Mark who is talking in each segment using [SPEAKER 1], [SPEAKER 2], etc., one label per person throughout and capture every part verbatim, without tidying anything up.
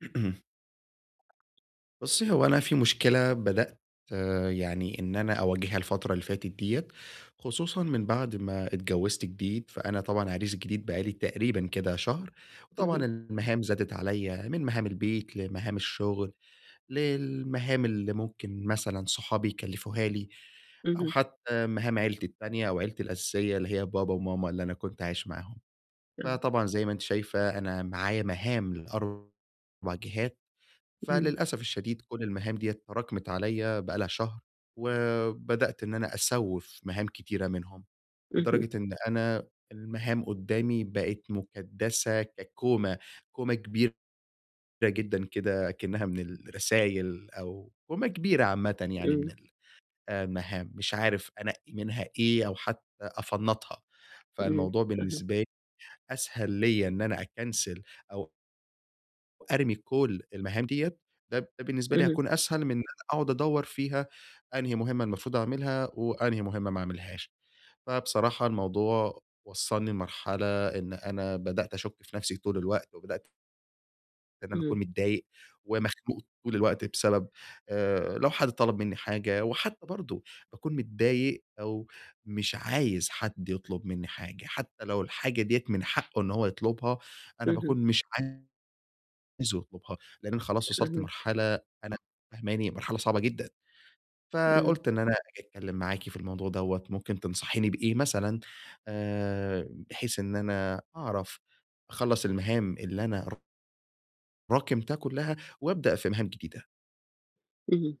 [SPEAKER 1] بُصّي، هو أنا في مشكلة بدأت آه، يعني إن أنا أواجهها الفترة اللي فاتت ديّة، خصوصًا من بعد ما اتجوّزت جديد، فأنا طبعًا عريس جديد بقى لي تقريبًا كده شهر، وطبعًا
[SPEAKER 2] اهم،
[SPEAKER 1] المهام زادت عليّا من مهام البيت، لمهام الشغل، للمهام اللي ممكن مثلًا صحابي يكلّفوها لي، أو
[SPEAKER 2] اهم،
[SPEAKER 1] حتى مهام عيلتي التانية أو عيلتي الأساسية اللي هي بابا وماما اللي أنا كنت عايش معاهم.
[SPEAKER 2] آه،
[SPEAKER 1] فطبعًا زي ما أنتِ شايفة أنا معايا مهام ل4 جهات.
[SPEAKER 2] اهم،
[SPEAKER 1] فللأسف الشديد كل المهام ديّة تراكمت عليّا بقى لها شهر، وبدأت إن أنا أسوّف مهام كتيرة منهم،
[SPEAKER 2] اهم،
[SPEAKER 1] لدرجة إن أنا المهام قدّامي بقت مُكدّسة ككومة، كومة كبيرة جدًا كده أكنّها من الرسايل أو كومة كبيرة عامةً يعني من
[SPEAKER 2] إمم،
[SPEAKER 1] ال آآ المهام، مش عارف أنقّي منها إيه أو حتى أفنّطها،
[SPEAKER 2] إمم،
[SPEAKER 1] فالموضوع بالنسبة
[SPEAKER 2] فاهماك،
[SPEAKER 1] لي أسهل ليّا إن أنا أكنسل أو أرمي كل المهام ديّة، ده ده بالنسبة لي
[SPEAKER 2] اهم،
[SPEAKER 1] هيكون أسهل من إن أنا أقعد أدوّر فيها أنهي مهمة المفروض أعملها، وأنهي مهمة ما أعملهاش. فبصراحة الموضوع وصّلني لمرحلة إن أنا بدأت أشُك في نَفْسي طول الوقت، وبدأت إن أنا أكون
[SPEAKER 2] اهم،
[SPEAKER 1] متضايق ومخنوق طول الوقت بسبب آآ، لو حد طلب منّي حاجة، وحتى برضه باكون متضايق أو مش عايز حد يطلب منّي حاجة، حتى لو الحاجة ديّة من حقّه إن هو يطلبها، أنا باكون
[SPEAKER 2] اهم،
[SPEAKER 1] مش عاي عايز يطلبها، لإن أنا خلاص وصلت
[SPEAKER 2] فاهماك،
[SPEAKER 1] لمرحلة أنا فاهماني، مرحلة صعبة جدًا،
[SPEAKER 2] إمم،
[SPEAKER 1] فقُلت إن أنا آجي أتكلّم معاكِ في الموضوع دوّة، ممكن تنصحيني بإيه مثلًا آآ، بحيث إن أنا أعرف أخلّص المهام اللي أنا راكمتها كلّها وأبدأ في مهام جديدة.
[SPEAKER 2] اهم،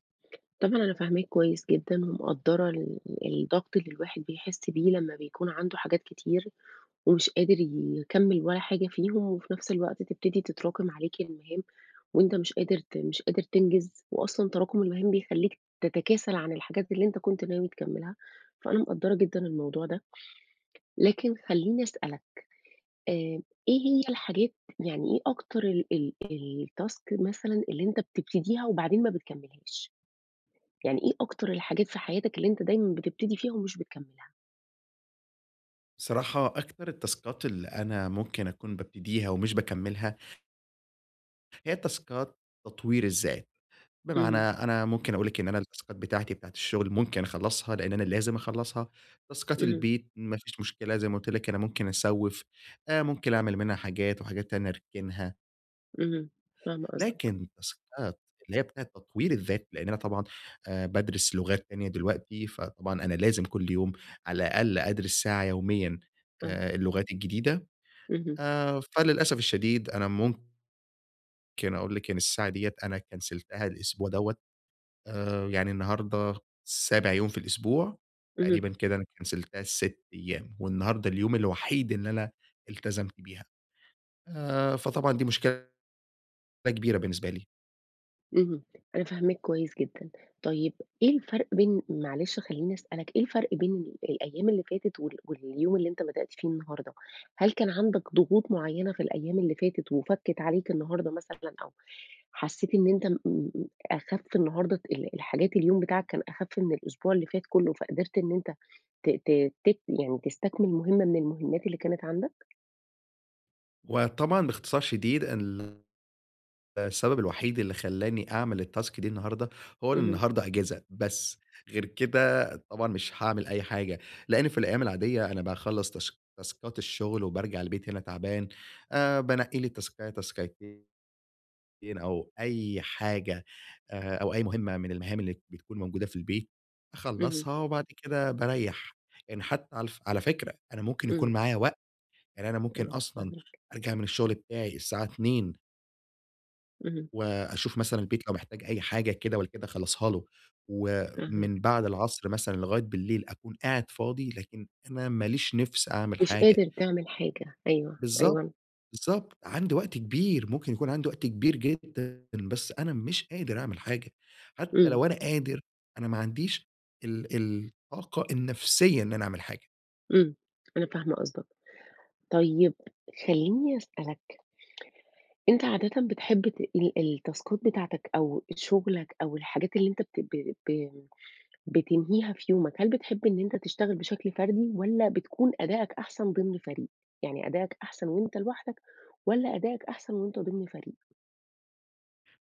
[SPEAKER 2] طبعًا أنا فاهماك كويس جدًا ومقدّرة ال الضغط اللي الواحد بيحس بيه لمّا بيكون عنده حاجات كتير ومش قادر يكمّل ولا حاجة فيهم، وفي نفس الوقت تبتدي تتراكم عليك المهام، وأنت مش قادر ت مش قادر تنجز، وأصلًا تراكم المهام بيخلّيك تتكاسل عن الحاجات اللي أنت كنت ناوي تكمّلها، فأنا مقدّرة جدًا الموضوع ده. لكن خلّيني أسألك، آآ إيه هي الحاجات، يعني إيه أكتر ال ال الtask مثلًا اللي أنت بتبتديها وبعدين ما بتكمّلهاش؟ يعني إيه أكتر الحاجات في حياتك اللي أنت دايمًا بتبتدي فيها ومش بتكمّلها؟
[SPEAKER 1] بصراحة أكتر التاسكات اللي أنا ممكن أكون بابتديها ومش باكمّلها، هي تاسكات تطوير الذات. بمعنى
[SPEAKER 2] اهم،
[SPEAKER 1] أنا ممكن أقول لِك إن أنا التاسكات بتاعتي بتاعة الشغل ممكن أخلّصها، لإن أنا لازم أخلّصها، تاسكات
[SPEAKER 2] اهم،
[SPEAKER 1] البيت ما فيش مشكلة زي ما قُلت لِك أنا ممكن أسوّف، آآ ممكن أعمل منها حاجات وحاجات تانية أركنها،
[SPEAKER 2] اهم، فاهمة قصدك،
[SPEAKER 1] لكن تاسكات اللي هي بتاعة تطوير الذات، لإن أنا طبعًا آآ بادرس لغات تانية دلوقتي، فطبعًا أنا لازم كل يوم على الأقل أدرس ساعة يوميًا
[SPEAKER 2] آه،
[SPEAKER 1] آآ اللغات الجديدة.
[SPEAKER 2] اهم،
[SPEAKER 1] آآ فللأسف الشديد أنا ممكن أقول لِك إن الساعة ديّة أنا كنسلتها الأسبوع دوّة. آآ يعني النهارده سابع يوم في الأسبوع،
[SPEAKER 2] اهم،
[SPEAKER 1] تقريبًا كده أنا كنسلتها ال6 أيام، والنهارده اليوم الوحيد اللي أنا التزمت بيها. آآ فطبعًا دي مشكلة كبيرة بالنسبة لي.
[SPEAKER 2] اهم، أنا فاهماك كويس جدًا. طيب، إيه الفرق بين، معلش خلّيني أسألك، إيه الفرق بين ال الأيام اللي فاتت وال واليوم اللي أنت بدأت فيه النهارده؟ هل كان عندك ضغوط معيّنة في الأيام اللي فاتت وفَكِّت عليك النهارده مثلًا، أو حسيت إن أنت م م أخف النهارده؟ ال الحاجات اليوم بتاعك كان أخف من الأسبوع اللي فات كلّه، فقدرت إن أنت ت ت تك يعني تستكمل مهمة من المهمات اللي كانت عندك؟
[SPEAKER 1] وطبعًا باختصار شديد ال السبب الوحيد اللي خلّاني أعمل الtask دي النهارده، هو إن
[SPEAKER 2] اهم،
[SPEAKER 1] النهارده أجازة بس، غير كده طبعًا مش هاعمل أي حاجة، لإن في الأيام العادية أنا باخلّص تاش تاسكات الشغل وبارجع البيت هنا تعبان، آآ بانقّي لي تاسكاية، تاسكايتين أو أي حاجة، آآ، أو أي مهمة من المهام اللي بتكون موجودة في البيت،
[SPEAKER 2] اهم،
[SPEAKER 1] أخلّصها وبعد كده باريّح. يعني حتى على ف على فكرة أنا ممكن يكون
[SPEAKER 2] إمم،
[SPEAKER 1] معايا وقت، يعني أنا ممكن
[SPEAKER 2] إمم،
[SPEAKER 1] أصلًا
[SPEAKER 2] فاهماك،
[SPEAKER 1] أرجع من الشغل بتاعي الساعة اتنين
[SPEAKER 2] اهم،
[SPEAKER 1] وأشوف مثلًا البيت لو محتاج أي حاجة كده والّا كده أخلّصها له،
[SPEAKER 2] فاهماك،
[SPEAKER 1] ومن بعد العصر مثلًا لغاية بالليل أكون قاعد فاضي، لكن أنا ما ليش نِفْس أعمل
[SPEAKER 2] مش
[SPEAKER 1] حاجة.
[SPEAKER 2] قادر تعمل حاجة، أيوه،
[SPEAKER 1] بالضبط.
[SPEAKER 2] أيوه.
[SPEAKER 1] بالضبط، عندي وقت كبير، ممكن يكون عندي وقت كبير جدًا، بس أنا مش قادر أعمل حاجة، حتى
[SPEAKER 2] إمم،
[SPEAKER 1] لو أنا قادر، أنا ما عنديش ال الطاقة النفسية إن أنا أعمل حاجة.
[SPEAKER 2] إمم، أنا فاهمة قصدك. طيب خلّيني أسألك، أنت عادةً بتحب ت ال التاسكات بتاعتك أو شغلك أو الحاجات اللي أنت بت ب ب بتنهيها في يومك، هل بتحب إن أنت تشتغل بشكل فردي والّا بتكون أدائك أحسن ضمن فريق؟ يعني أدائك أحسن وأنت لوحدك والّا أدائك أحسن وأنت ضمن فريق؟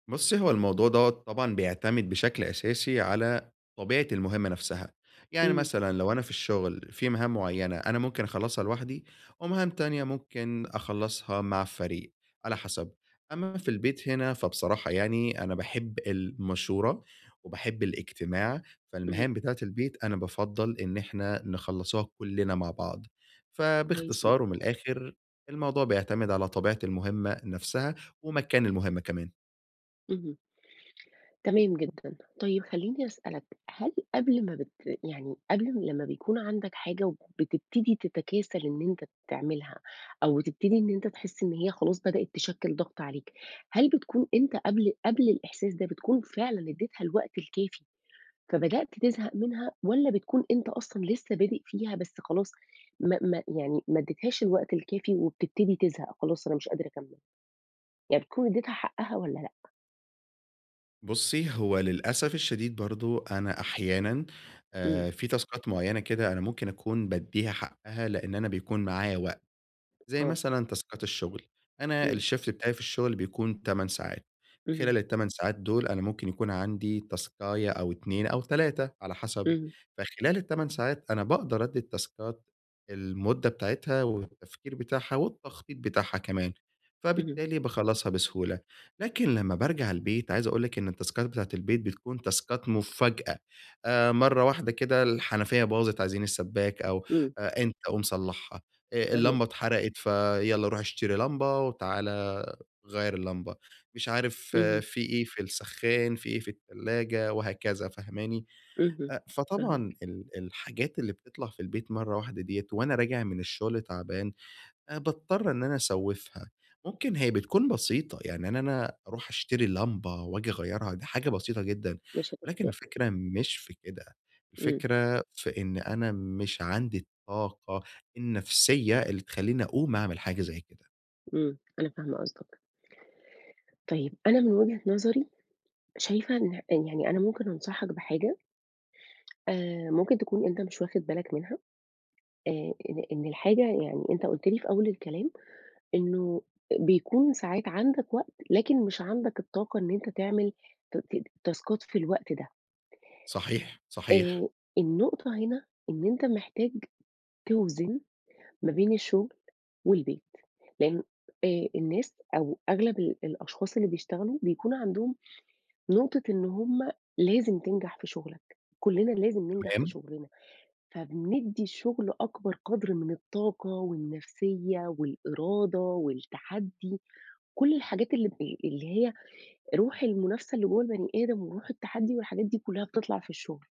[SPEAKER 1] بُصّي، هو الموضوع دوّة طبعًا بيعتمد بشكل أساسي على طبيعة المهمة نفسها، يعني
[SPEAKER 2] إمم،
[SPEAKER 1] مثلًا لو أنا في الشغل في مهام معيّنة أنا ممكن أخلّصها لوحدي ومهام تانية ممكن أخلّصها مع الفريق على حسب، أمّا في البيت هنا فبصراحة يعني أنا باحب المشورة وباحب الاجتماع،
[SPEAKER 2] إمم،
[SPEAKER 1] فالمهام بتاعة البيت أنا بافضّل إن إحنا نخلّصوها كُلّنا مع بعض،
[SPEAKER 2] كويس جدًا،
[SPEAKER 1] فباختصار ومن الآخر الموضوع بيعتمد على طبيعة المهمة نفسها ومكان المهمة كمان.
[SPEAKER 2] اهم، تمام جدًا. طيب خلّيني أسألك، هل قبل ما بت يعني قبل ما، لمّا بيكون عندك حاجة وبتبتدي تتكاسل إن أنت تعملها أو بتبتدي إن أنت تحس إن هي خلاص بدأت تشكِّل ضغط عليك، هل بتكون أنت قبل قبل الإحساس ده بتكون فعلًا اديتها الوقت الكافي فبدأت تزهق منها، والّا بتكون أنت أصلًا لسه بادئ فيها بس خلاص ما ما يعني ما اديتهاش الوقت الكافي وبتبتدي تزهق، خلاص أنا مش قادرة أكمّل؟ يعني بتكون اديتها حقها والّا لأ؟
[SPEAKER 1] بُصّي، هو للأسف الشديد برضه أنا أحيانًا
[SPEAKER 2] إمم،
[SPEAKER 1] آآ في تاسكات معيّنة كده أنا ممكن أكون بادّيها حقّها لإن أنا بيكون معايا وقت. زي
[SPEAKER 2] آه،
[SPEAKER 1] مثلًا تاسكات الشغل، أنا
[SPEAKER 2] إمم،
[SPEAKER 1] الShift بتاعي في الشغل بيكون تمن ساعات،
[SPEAKER 2] اهم،
[SPEAKER 1] خلال ال8 ساعات دول أنا ممكن يكون عندي تاسكاية أو اتنين أو تلاتة على حسب،
[SPEAKER 2] اهم،
[SPEAKER 1] فخلال ال8 ساعات أنا باقدر أدّي التاسكات المدة بتاعتها والتفكير بتاعها والتخطيط بتاعها كمان،
[SPEAKER 2] اهم،
[SPEAKER 1] فبالتالي باخلّصها بسهولة، لكن لمّا بارجع البيت عايز أقول لِك إن التاسكات بتاعة البيت بتكون تاسكات مفاجأة. آآ مرّة واحدة كده الحنفية باظت عايزين السباك أو
[SPEAKER 2] إمم،
[SPEAKER 1] آآ أنت قوم صلّحها، آآ
[SPEAKER 2] فاهماك،
[SPEAKER 1] اللمبة اتحرقت فيالّا روح اشتري لمبة وتعالَ غيّر اللمبة، مش عارف آه،
[SPEAKER 2] اهم،
[SPEAKER 1] في إيه في السخّان، في إيه في التلاجة وهكذا فاهماني؟
[SPEAKER 2] اهم،
[SPEAKER 1] أ فطبعًا
[SPEAKER 2] فاهماك،
[SPEAKER 1] ال الحاجات اللي بتطلع في البيت مرّة واحدة ديّة وأنا راجع من الشغل تعبان، آآ باضطر إن أنا أسوّفها، ممكن هي بتكون بسيطة، يعني إن أنا أروح أشتري لمبة وآجي أغيّرها، دي حاجة بسيطة جدًا،
[SPEAKER 2] مش هتاخد
[SPEAKER 1] ولكن
[SPEAKER 2] وقت.
[SPEAKER 1] الفكرة مش في كده،
[SPEAKER 2] إمم،
[SPEAKER 1] الفكرة في إن أنا مش عندي الطاقة النفسية اللي تخلّيني أقوم أعمل حاجة زي كده.
[SPEAKER 2] إمم، أنا فاهمة قصدك. طيب، أنا من وجهة نظري شايفة إن، يعني أنا ممكن أنصحك بحاجة آآ ممكن تكون أنت مش واخد بالك منها. آآ إن إن الحاجة، يعني أنت قُلت لي في أول الكلام إنه بيكون ساعات عندك وقت، لكن مش عندك الطاقة إن أنت تعمل ت ت تاسكات في الوقت ده.
[SPEAKER 1] صحيح، صحيح،
[SPEAKER 2] آآ النقطة هنا إن أنت محتاج توزن ما بين الشغل والبيت، لإن آآ الناس أو أغلب ال الأشخاص اللي بيشتغلوا بيكون عندهم نقطة إن هم لازم تنجح في شغلك، كلنا لازم ننجح في
[SPEAKER 1] تمام،
[SPEAKER 2] شغلنا، فبندّي الشغل أكبر قدر من الطاقة والنفسية والإرادة والتحدي، كل الحاجات اللي ب اللي هي روح المنافسة اللي جوّه البني آدم وروح التحدّي والحاجات دي كلّها بتطلع في الشغل،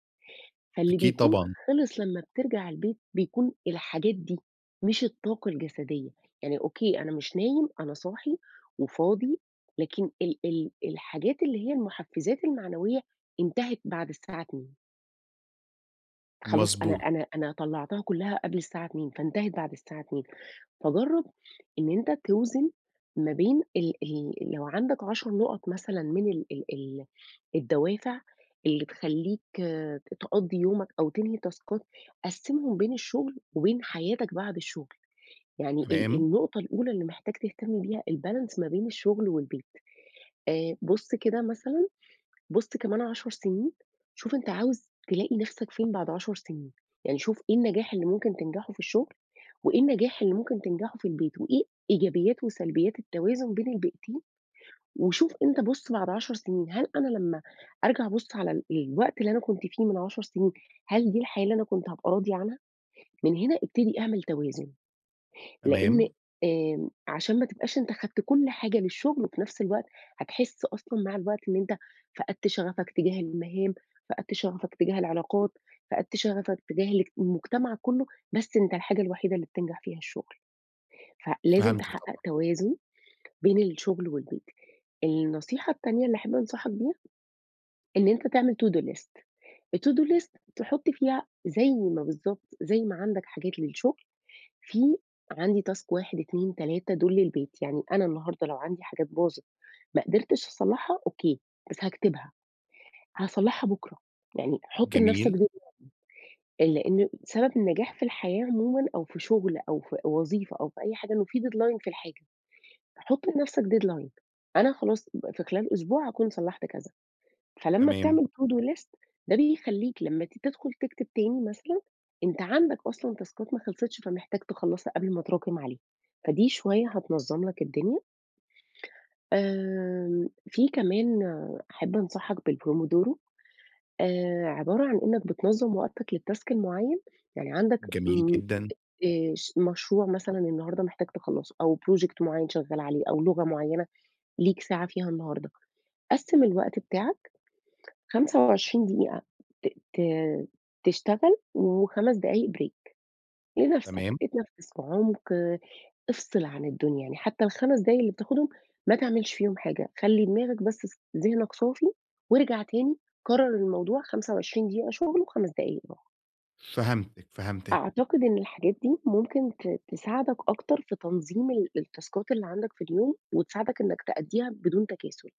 [SPEAKER 2] فاللي
[SPEAKER 1] أكيد
[SPEAKER 2] بيكون
[SPEAKER 1] طبعًا،
[SPEAKER 2] خلص لمّا بترجع البيت بيكون الحاجات دي، مش الطاقة الجسدية. يعني أوكي، أنا مش نايم، أنا صاحي وفاضي، لكن ال ال الحاجات اللي هي المحفّزات المعنوية انتهت بعد الساعة اتنين. خلاص، أنا
[SPEAKER 1] مضبوط،
[SPEAKER 2] أنا أنا طلّعتها كلّها قبل الساعة اتنين فانتهت بعد الساعة اتنين. فجرّب إن أنت توزن ما بين ال ال لو عندك عشر نُقط مثلًا من ال ال ال الدوافع اللي تخلّيك آه، تقضّي يومك أو تنهي تاسكات، قسّمهم بين الشغل وبين حياتك بعد الشغل. يعني ال
[SPEAKER 1] تمام،
[SPEAKER 2] النقطة الأولى اللي محتاج تهتم بيها الbalance ما بين الشغل والبيت. آآ بُص كده مثلًا، بُص كمان عشر سنين، شوف أنت عاوز تلاقي نَفْسك فين بعد عشر سنين، يعني شوف إيه النجاح اللي ممكن تنجحه في الشغل، وإيه النجاح اللي ممكن تنجحه في البيت، وإيه إيجابيات وسلبيات التوازن بين البيئتين. وشوف أنت، بُص بعد عشر سنين، هل أنا لمّا أرجع أبُص على ال الوقت اللي أنا كنت فيه من عشر سنين، هل دي الحياة اللي أنا كنت هابقى راضي عنها؟ من هنا ابتدي اعمل توازن، لإن
[SPEAKER 1] تمام،
[SPEAKER 2] آمم، عشان ما تبقاش أنت خدت كل حاجة للشغل، وفي نفس الوقت هتحس أصلًا مع الوقت إن أنت فقدت شغفك تجاه المهام، فقدت شغفك تجاه العلاقات، فقدت شغفك تجاه الاج المجتمع كله، بس أنت الحاجة الوحيدة اللي بتنجح فيها الشغل، فلازم
[SPEAKER 1] فهمتِك
[SPEAKER 2] تحقق
[SPEAKER 1] طبعًا،
[SPEAKER 2] توازن بين الشغل والبيت. النصيحة التانية اللي أحب أنصحك بيها إن أنت تعمل to do list. الto-do list تحط فيها زي ما، بالضبط زي ما عندك حاجات للشغل، في عندي task واحد، اتنين، تلاتة دول للبيت. يعني أنا النهارده لو عندي حاجات باظت ما قدرتش أصلّحها، أوكي، بس هاكتبها، هاصلّحها بكرة. يعني حُط لنفسك
[SPEAKER 1] جميل،
[SPEAKER 2] deadline، لإن سبب النجاح في الحياة عمومًا أو في شغل أو في وظيفة أو في أي حاجة إنه في deadline في الحاجة. حُط لنفسك deadline، أنا خلاص ب في خلال أسبوع هاكون صلّحت كذا. فلمّا
[SPEAKER 1] تمام،
[SPEAKER 2] بتعمل to do list ده بيخلّيك لمّا تيجي تدخل تكتب تاني مثلًا، أنت عندك أصلًا تاسكات ما خلصتش فمحتاج تخلّصها قبل ما تراكم عليها، فدي شوية هتنظّم لك الدنيا. آمم، في كمان، آه، أحب أنصحك بالPomodoro. آآ، عبارة عن إنك بتنظّم وقتك للtask المعيّن، يعني عندك
[SPEAKER 1] جميل
[SPEAKER 2] امم،
[SPEAKER 1] جدًا،
[SPEAKER 2] آآ، ش مشروع مثلًا النهارده محتاج تخلّصه أو project معيّن شغّال عليه أو لغة معيّنة ليك ساعة فيها النهارده، قسّم الوقت بتاعك خمسة وعشرين دقيقة ت ت تشتغل و5 دقايق break
[SPEAKER 1] تمام،
[SPEAKER 2] لنَفْسك، اتنفِّس بعُمق، افصل عن الدنيا. يعني حتى ال5 دقايق اللي بتاخدهم ما تعملش فيهم حاجة، خلّي دماغك بس ص ذهنك صافي وارجع تاني، كرّر الموضوع خمسة وعشرين دقيقة شُغل و5 دقايق راحة.
[SPEAKER 1] فهمتِك، فهمتِك.
[SPEAKER 2] أعتقد إن الحاجات دي ممكن ت تساعدك أكتر في تنظيم ال التاسكات اللي عندك في اليوم وتساعدك إنّك تأدّيها بدون تكاسُل.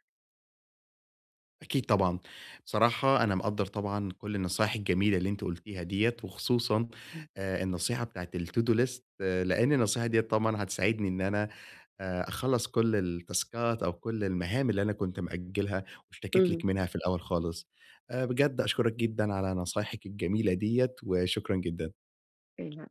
[SPEAKER 1] أكيد طبعًا. بصراحة أنا مقدّر طبعًا كل النصايح الجميلة اللي أنتِ قُلتيها ديّة، وخصوصًا آآ النصيحة بتاعة الTo do list لإن النصيحة ديّة طبعًا هتساعدني إن أنا آآ أخلّص كل التاسكات أو كل المهام اللي أنا كنت مأجّلها واشتكيت لِك
[SPEAKER 2] إمم.
[SPEAKER 1] منها في الأول خالص. آآ بجد أشكرِك جدًا على نصايحِك الجميلة ديّة، وشكرًا جدًا.
[SPEAKER 2] اهم.